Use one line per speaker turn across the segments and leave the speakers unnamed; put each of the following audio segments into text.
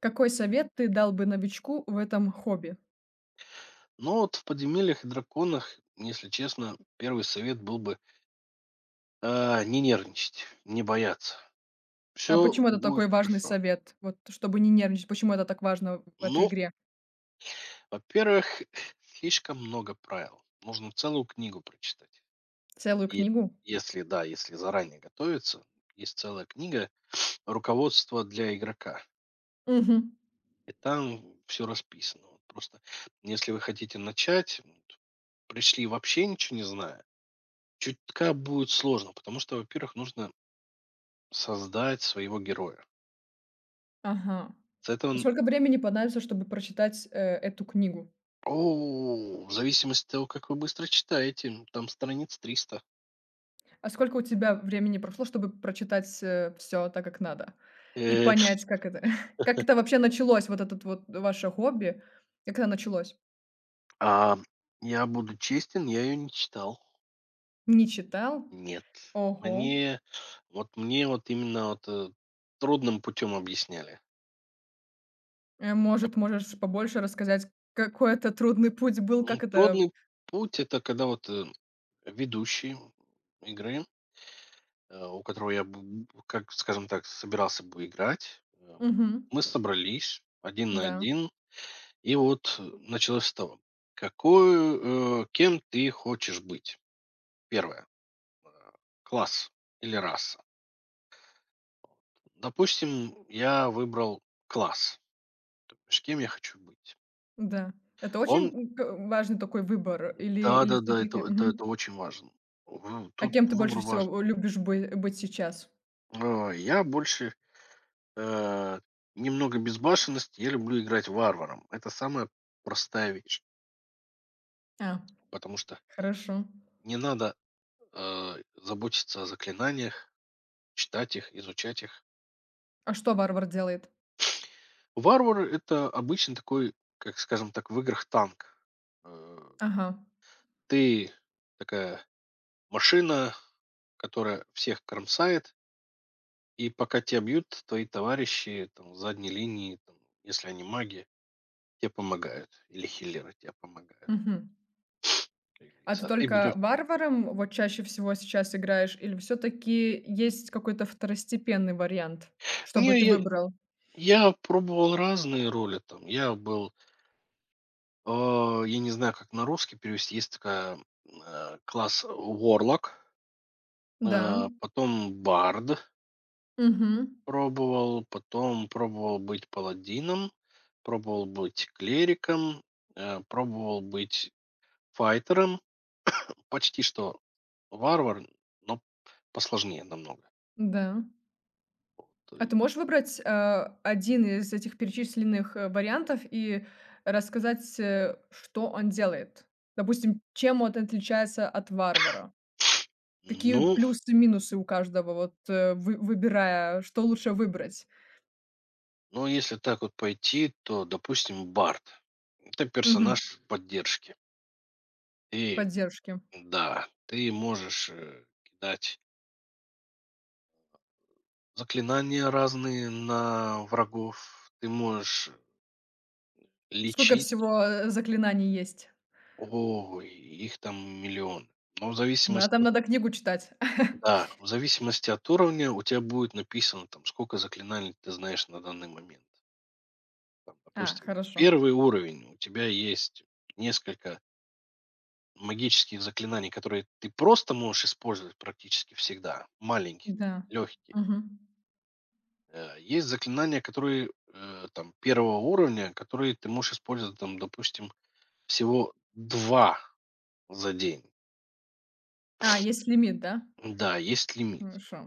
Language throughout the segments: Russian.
Какой совет ты дал бы новичку в этом хобби?
Но вот в "Подземельях и драконах", если честно, первый совет был бы, не нервничать, не бояться.
А
Все
почему это
будет
такой важный
хорошо.
совет? Вот чтобы не нервничать, почему это так важно в этой
Ну,
игре?
во-первых, слишком много правил. Нужно целую книгу прочитать.
Целую
И
книгу?
если, да, если заранее готовиться, есть целая книга "Руководство для игрока",
Мгм.
и там все расписано. Вот просто если вы хотите начать, вот пришли вообще ничего не зная, чутка будет сложно, потому что, во-первых, нужно создать своего героя.
Ага.
С этого
А
н
сколько времени понадобится, чтобы прочитать, эту книгу?
О, в зависимости от того, как вы быстро читаете, там страниц 300.
А сколько у тебя времени прошло, чтобы прочитать, все так, как надо? И
Э,
понять, как это как это вообще началось, вот этот вот ваше хобби? Как оно началось?
а я буду честен, я ее не читал.
Не читал?
Нет.
Ого.
Мне мне вот именно вот, трудным путем объясняли. Я
Может, можешь побольше рассказать, какой это трудный путь был,
Ну,
как это
трудный путь — это когда вот, ведущий игры, у которого я б как, скажем так, собирался бы играть,
Мгм.
мы собрались один на
Да,
один. И вот началось с того, кем ты хочешь быть? Первое. э, Класс или раса. Допустим, я выбрал класс. С Кем я хочу быть?
да. Это очень,
Он,
важный такой выбор, или или все
да-да-да,
таки.
это
Мгм.
очень важно.
А
Тут
кем ты больше
выбор важен.
всего, любишь бы быть сейчас?
Я больше э, немного безбашенности, я люблю играть варваром. Это самая простая вещь,
А,
потому что
хорошо.
не надо заботиться о заклинаниях, читать их, изучать их.
А что варвар делает?
Варвар — это обычно такой, как скажем так, в играх танк. Э,
Ага,
ты такая машина, которая всех кромсает, и пока тебя бьют, твои товарищи там с задней линии, там, если они маги, те помогают. Или хиллеры те помогают,
мгм.
как
А
говорится.
ты
А ты
только
берешь.
варваром вот чаще всего сейчас играешь, или все таки есть какой-то второстепенный вариант, чтобы
Не,
ты выбрал?
я пробовал разные роли там. Я был, я не знаю, как на русский перевести. Есть класс Warlock,
Да.
потом Bard.
Угу.
Пробовал, потом пробовал быть паладином, пробовал быть клириком, пробовал быть файтером. Почти что варвар, но посложнее намного.
Да.
Вот,
А
э.
ты можешь выбрать, 1 из этих перечисленных, вариантов и рассказать, что он делает? Допустим, чем он отличается от варвара? Какие
Ну,
плюсы и минусы у каждого, вот, э, вы выбирая, что лучше выбрать?
но если так вот пойти, то, допустим, Барт — это
Мгм.
персонаж поддержки. И,
Поддержки.
да, ты можешь кидать заклинания разные на врагов, ты можешь
Сколько
лечить.
всего, заклинаний есть?
Ой, их там миллион. Но в
Да,
зависимости
там
от
надо книгу читать.
Да, в зависимости от уровня у тебя будет написано, там, сколько заклинаний ты знаешь на данный момент. Там,
А,
допустим,
хорошо.
первый уровень, у тебя есть несколько магических заклинаний, которые ты просто можешь использовать практически всегда, маленькие,
Да.
легкие.
Мгм.
Есть заклинания, которые там первого уровня, которые ты можешь использовать, там, допустим, всего два за день.
А, есть лимит, да?
Да, есть лимит.
Хорошо.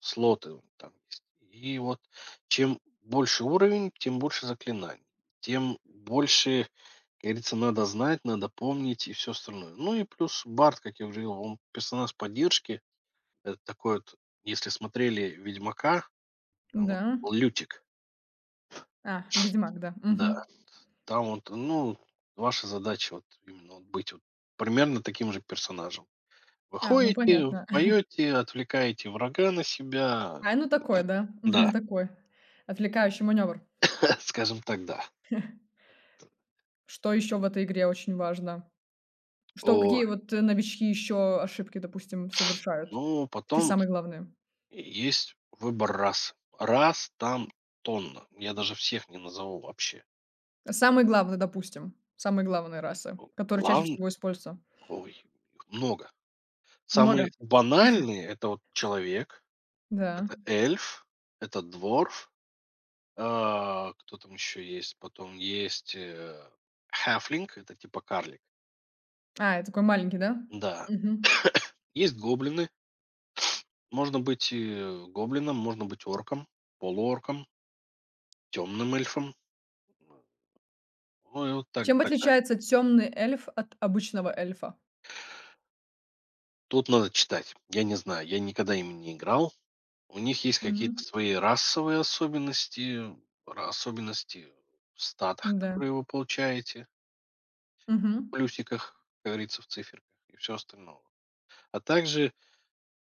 Слоты вот там есть. И вот чем больше уровень, тем больше заклинаний, тем больше, как говорится, надо знать, надо помнить и все остальное. Ну и плюс Барт, как я уже говорил, он персонаж поддержки. Это такой вот, если смотрели Ведьмака, там вот
Да.
был Лютик,
А, Ведьмак, да. Мгм.
да, там вот, ну, ваша задача вот именно вот быть вот примерно таким же персонажем.
А, ну
Выходите,
понятно.
поете, отвлекаете врага на себя.
А, ну
Как Так.
такой, да. Мгм,
Да,
такой отвлекающий маневр.
скажем так, да.
Что еще в этой игре очень важно? Что,
О,
какие вот, новички еще ошибки, допустим, совершают?
ну,
Такие
потом
самые главные.
есть выбор рас. Раз там тонна. Я даже всех не назову вообще.
Самые главные, допустим, самые главные расы,
О,
которые чаще всего используются.
ой, их много.
Много?
Самые банальные — это вот человек,
Да.
это эльф, это дворф, кто там еще есть? Потом есть, halfling — это типа карлик.
А, это такой маленький, да?
Да,
Мгм.
есть гоблины. Можно быть, гоблином, можно быть орком, полуорком, темным эльфом. Ну и вот
А
так
чем
так далее.
отличается темный эльф от обычного эльфа?
Тут надо читать. Я не знаю, я никогда ими не играл. У них есть какие-то
Мгм.
свои расовые особенности, особенности в статах,
Да.
которые вы получаете, в
Мгм.
плюсиках, как говорится, в циферках и все остальное. А также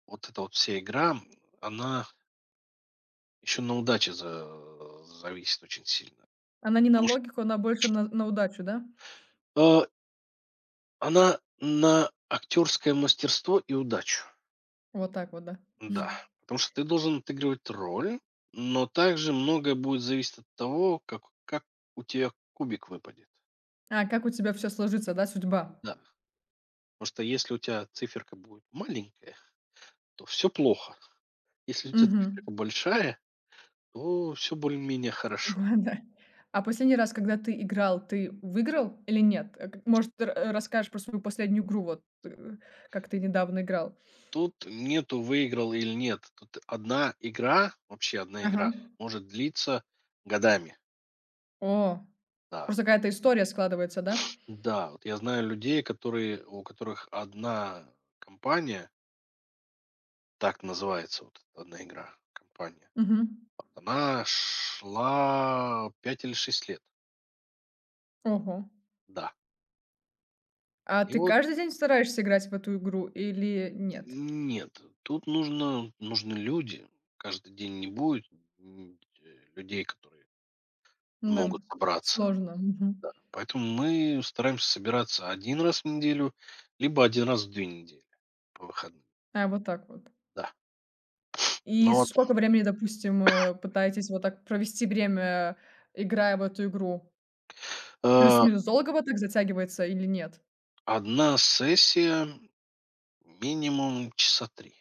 вот эта вот вся игра, она еще на удаче зависит очень сильно.
Она не на
Потому что
логику, она больше на удачу, да?
э, она на актерское мастерство и удачу.
Вот так вот, да.
Да, потому что ты должен отыгрывать роль, но также многое будет зависеть от того, как у тебя кубик выпадет.
А, как у тебя все сложится, да, судьба?
Да. Потому что если у тебя циферка будет маленькая, то все плохо. Если у тебя
Мгм.
циферка большая, то все более-менее хорошо.
Да. А последний раз, когда ты играл, ты выиграл или нет? К может, ты ра расскажешь про свою последнюю игру, вот, как ты недавно играл?
Тут нету выиграл или нет. Тут одна игра, вообще одна игра,
Ага.
может длиться годами.
О,
Да,
просто какая-то история складывается, да?
да. Вот я знаю людей, которые у которых одна компания. Так называется вот эта 1 игра, компания.
Мгм.
Вот она шла 5 или 6 лет.
Ого.
Да.
А
И
ты
вот
каждый день стараешься играть в эту игру или нет?
нет, тут нужно нужны люди. Каждый день не будет, м, э, людей, которые
Ну да,
могут собраться.
сложно. Мгм.
Да. Поэтому мы стараемся собираться один раз в неделю, либо один раз в 2 недели по выходным.
А, вот так вот.
Да.
И
Но вот,
сколько времени, допустим, пытаетесь вот так провести время, играя в эту игру?
э,
Плюс-минус долго вот так затягивается или нет?
1 сессия минимум часа 3.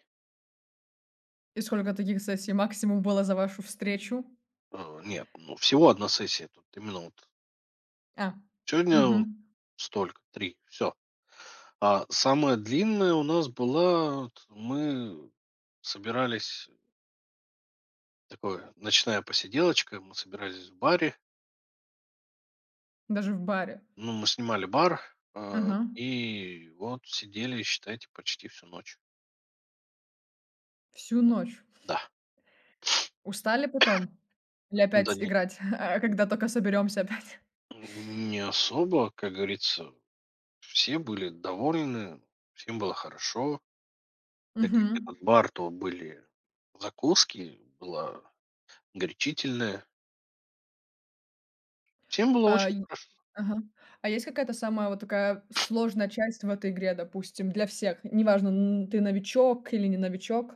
И сколько таких сессий максимум было за вашу встречу?
Нет, ну, всего одна сессия. Тут именно вот
А, мгм.
сегодня столько, 3, все. А самая длинная у нас была вот мы собирались, такое, ночная посиделочка, мы собирались в баре.
Даже в баре.
Ну, мы снимали бар,
Ага.
и вот сидели, считайте, почти всю ночь.
Всю ночь.
Да,
Устали потом? Или
да
опять играть, когда только соберемся опять?
не особо, как говорится, все были довольны, всем было хорошо. Так как
Мгм.
этот бар, то были закуски, была горячительная. Всем было
А,
очень
и
хо
ага. А есть какая-то самая вот такая сложная часть в этой игре, допустим, для всех? Неважно, н ты новичок или не новичок.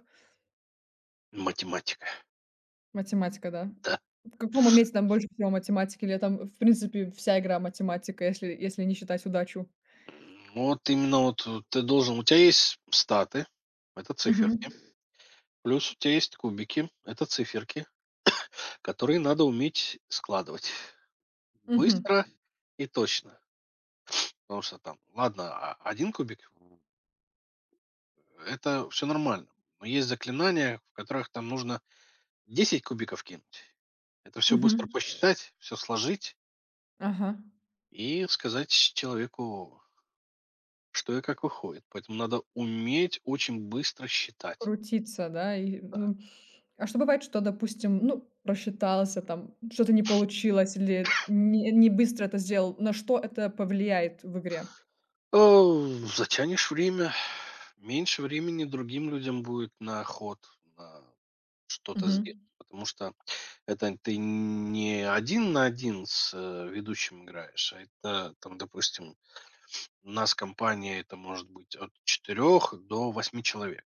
Математика,
Математика, да?
да.
В каком моменте там больше всего математики, или там, в принципе, вся игра математика, если не считать удачу?
Вот именно вот ты должен у тебя есть статы — это циферки,
Мгм.
плюс у тебя есть кубики — это циферки, которые надо уметь складывать
Мгм.
быстро и точно. Потому что там, ладно, а 1 кубик — это все нормально, но есть заклинания, в которых там нужно 10 кубиков кинуть. Это все быстро
Мгм.
посчитать, все сложить
Ага,
и сказать человеку, что и как выходит. Поэтому надо уметь очень быстро считать.
крутиться, да, и,
Да.
ну. А что бывает, что, допустим, ну, просчитался, там что-то не получилось, или не быстро это сделал? На что это повлияет в игре?
Э, затянешь время, меньше времени другим людям будет на ход, на что-то сделать.
Мгм,
Потому что это ты не один на один с ведущим играешь, а это, там, допустим, у нас компания, это может быть от четырех до восьми человек.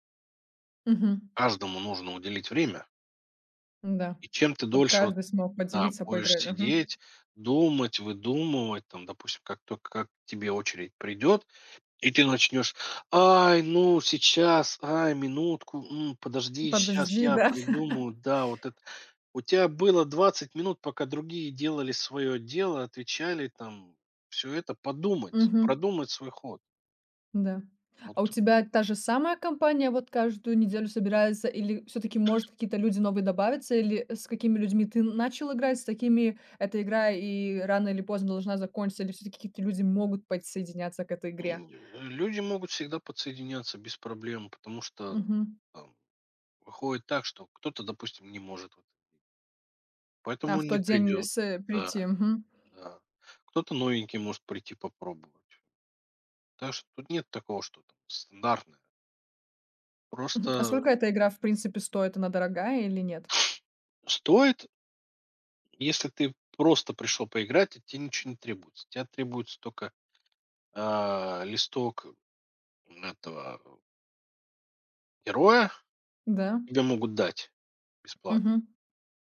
мгм,
Каждому нужно уделить время.
да,
И чем ты
чтобы
дольше вот,
каждый смог
да,
поделиться,
будешь
поиграть. Мгм.
сидеть, думать, выдумывать, там, допустим, как только как к тебе очередь придет, и ты начнешь: "Ай, ну сейчас, ай, минутку, м, подожди, сейчас
Подожди,
я
да.
придумаю". Да, вот это. У тебя было 20 минут, пока другие делали свое дело, отвечали там, все это подумать,
Мгм.
продумать свой ход.
Да.
Вот,
А у тебя та же самая компания вот каждую неделю собирается, или все таки может, какие-то люди новые добавятся? Или с какими людьми ты начал играть, с такими эта игра и рано или поздно должна закончиться? Или все таки какие-то люди могут подсоединяться к этой игре?
м, люди могут всегда подсоединяться без проблем, потому что
Мгм.
там выходит так, что кто-то, допустим, не может, вот,
А,
поэтому
в
он не
тот день
придет. Да,
прийти. Мгм.
да. Кто-то новенький может прийти попробовать. Так что тут нет такого, что там стандартное. Просто
Мгм. А сколько эта игра, в принципе, стоит? Она дорогая или нет?
стоит, если ты просто пришел поиграть, и тебе ничего не требуется. Тебе требуется только, листок этого героя,
Да?
тебе могут дать бесплатно,
Мгм.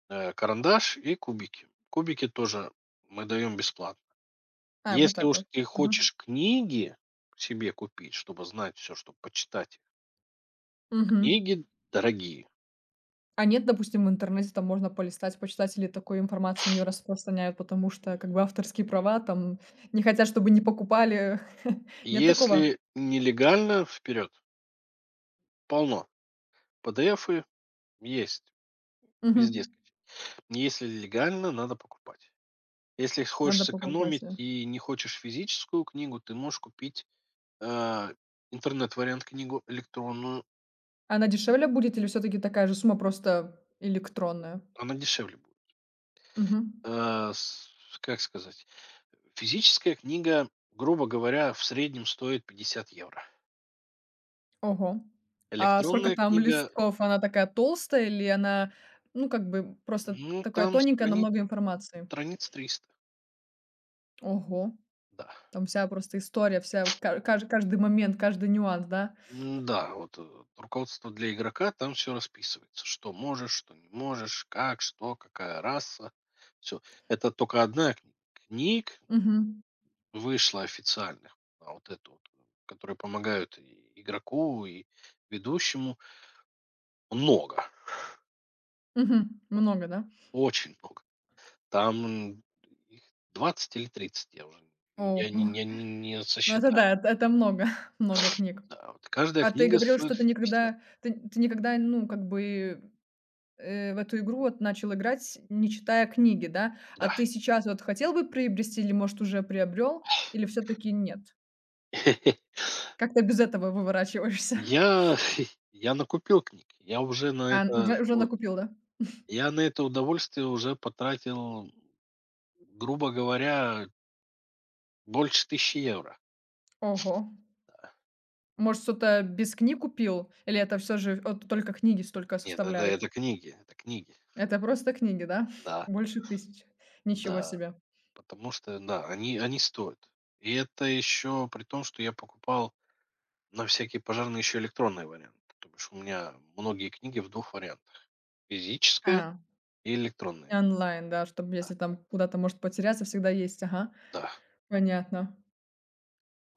карандаш и кубики. Кубики тоже мы даем бесплатно.
А, вот
Если
так
уж
вот.
ты
Ага.
хочешь книги себе купить, чтобы знать все, чтобы почитать,
Мгм.
книги дорогие.
А нет, допустим, в интернете там можно полистать, почитать, или такую информацию не распространяют, потому что как бы авторские права там не хотят, чтобы не покупали. Нет такого?
Если нелегально — вперед, полно. PDF есть. Везде
Мгм.
скачать. Если легально, надо покупать. Если хочешь
Надо покупать,
сэкономить
да.
и не хочешь физическую книгу, ты можешь купить, а, интернет-вариант книгу электронную.
Она дешевле будет или все таки такая же сумма, просто электронная?
Она дешевле будет.
Мгм.
А, с как сказать, физическая книга, грубо говоря, в среднем стоит 50 евро.
Ого. А сколько
Электронная
там
книга,
листков? Она такая толстая, или она, ну, как бы просто
ну,
такая
там
тоненькая, но много информации?
страниц 300.
Ого,
Да.
там вся просто история, вся ка каж каждый момент, каждый нюанс, да?
Да, вот "Руководство для игрока", там все расписывается. Что можешь, что не можешь, как, что, какая раса. Все. Это только одна книг
Мгм.
вышла официальных. А вот эту вот, которые помогают и игроку, и ведущему. Много.
Мгм.
о-
Много, да?
Очень много. Там их 20 или 30, я уже не- я
Ого.
не, не, не- не
Ну это
сосчитаю.
да, это много, много книг.
Да, вот каждая
А ты
книга
говорил,
стоит
что ты
в 50.
никогда ты ты никогда, ну, как бы, в эту игру вот начал играть, не читая книги, да?
Да.
А ты сейчас вот хотел бы приобрести, или, может, уже приобрел, или все таки нет? Как ты без этого выворачиваешься?
Я я накупил книг. Я уже
А, уже накупил, да?
на это удовольствие уже потратил, грубо говоря, больше 1000 евро.
Ого.
Да.
Может, что-то без книг купил? Или это все же вот только книги столько
Нет, это да,
составляют?
это книги, это книги.
Это просто книги, да?
Да,
Больше тысячи. Ничего
да.
себе.
Потому что, да, они стоят. И это еще при том, что я покупал на всякий пожарный еще электронный вариант. То бишь у меня многие книги в двух вариантах: физическая
А.
и
И
электронная.
онлайн, да, чтобы если там куда-то может потеряться, всегда есть. Ага,
Да.
понятно.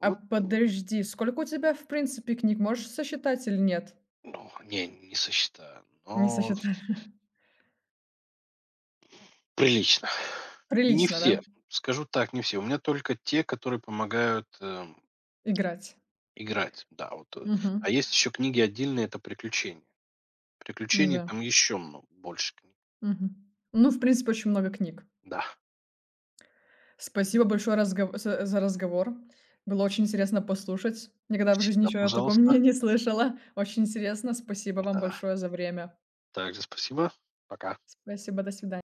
А подожди, сколько у тебя, в принципе, книг? Можешь сосчитать или нет?
ну, не сосчитаю.
Не
Но
сосчитаешь.
прилично. Не
Прилично, да,
все, скажу так, не все. У меня только те, которые помогают,
играть?
играть. Да, вот. А
Мгм.
есть еще книги отдельные — это приключения. Приключений
Да.
там еще мно больше книг.
Мгм. Ну, в принципе, очень много книг.
Да.
Спасибо большое разгов за разговор. Было очень интересно послушать. Никогда в жизни
Всегда
еще о таком
пожалуйста.
не слышала. Очень интересно. Спасибо вам
Да.
большое за время.
Также спасибо. Пока.
Спасибо, до свидания.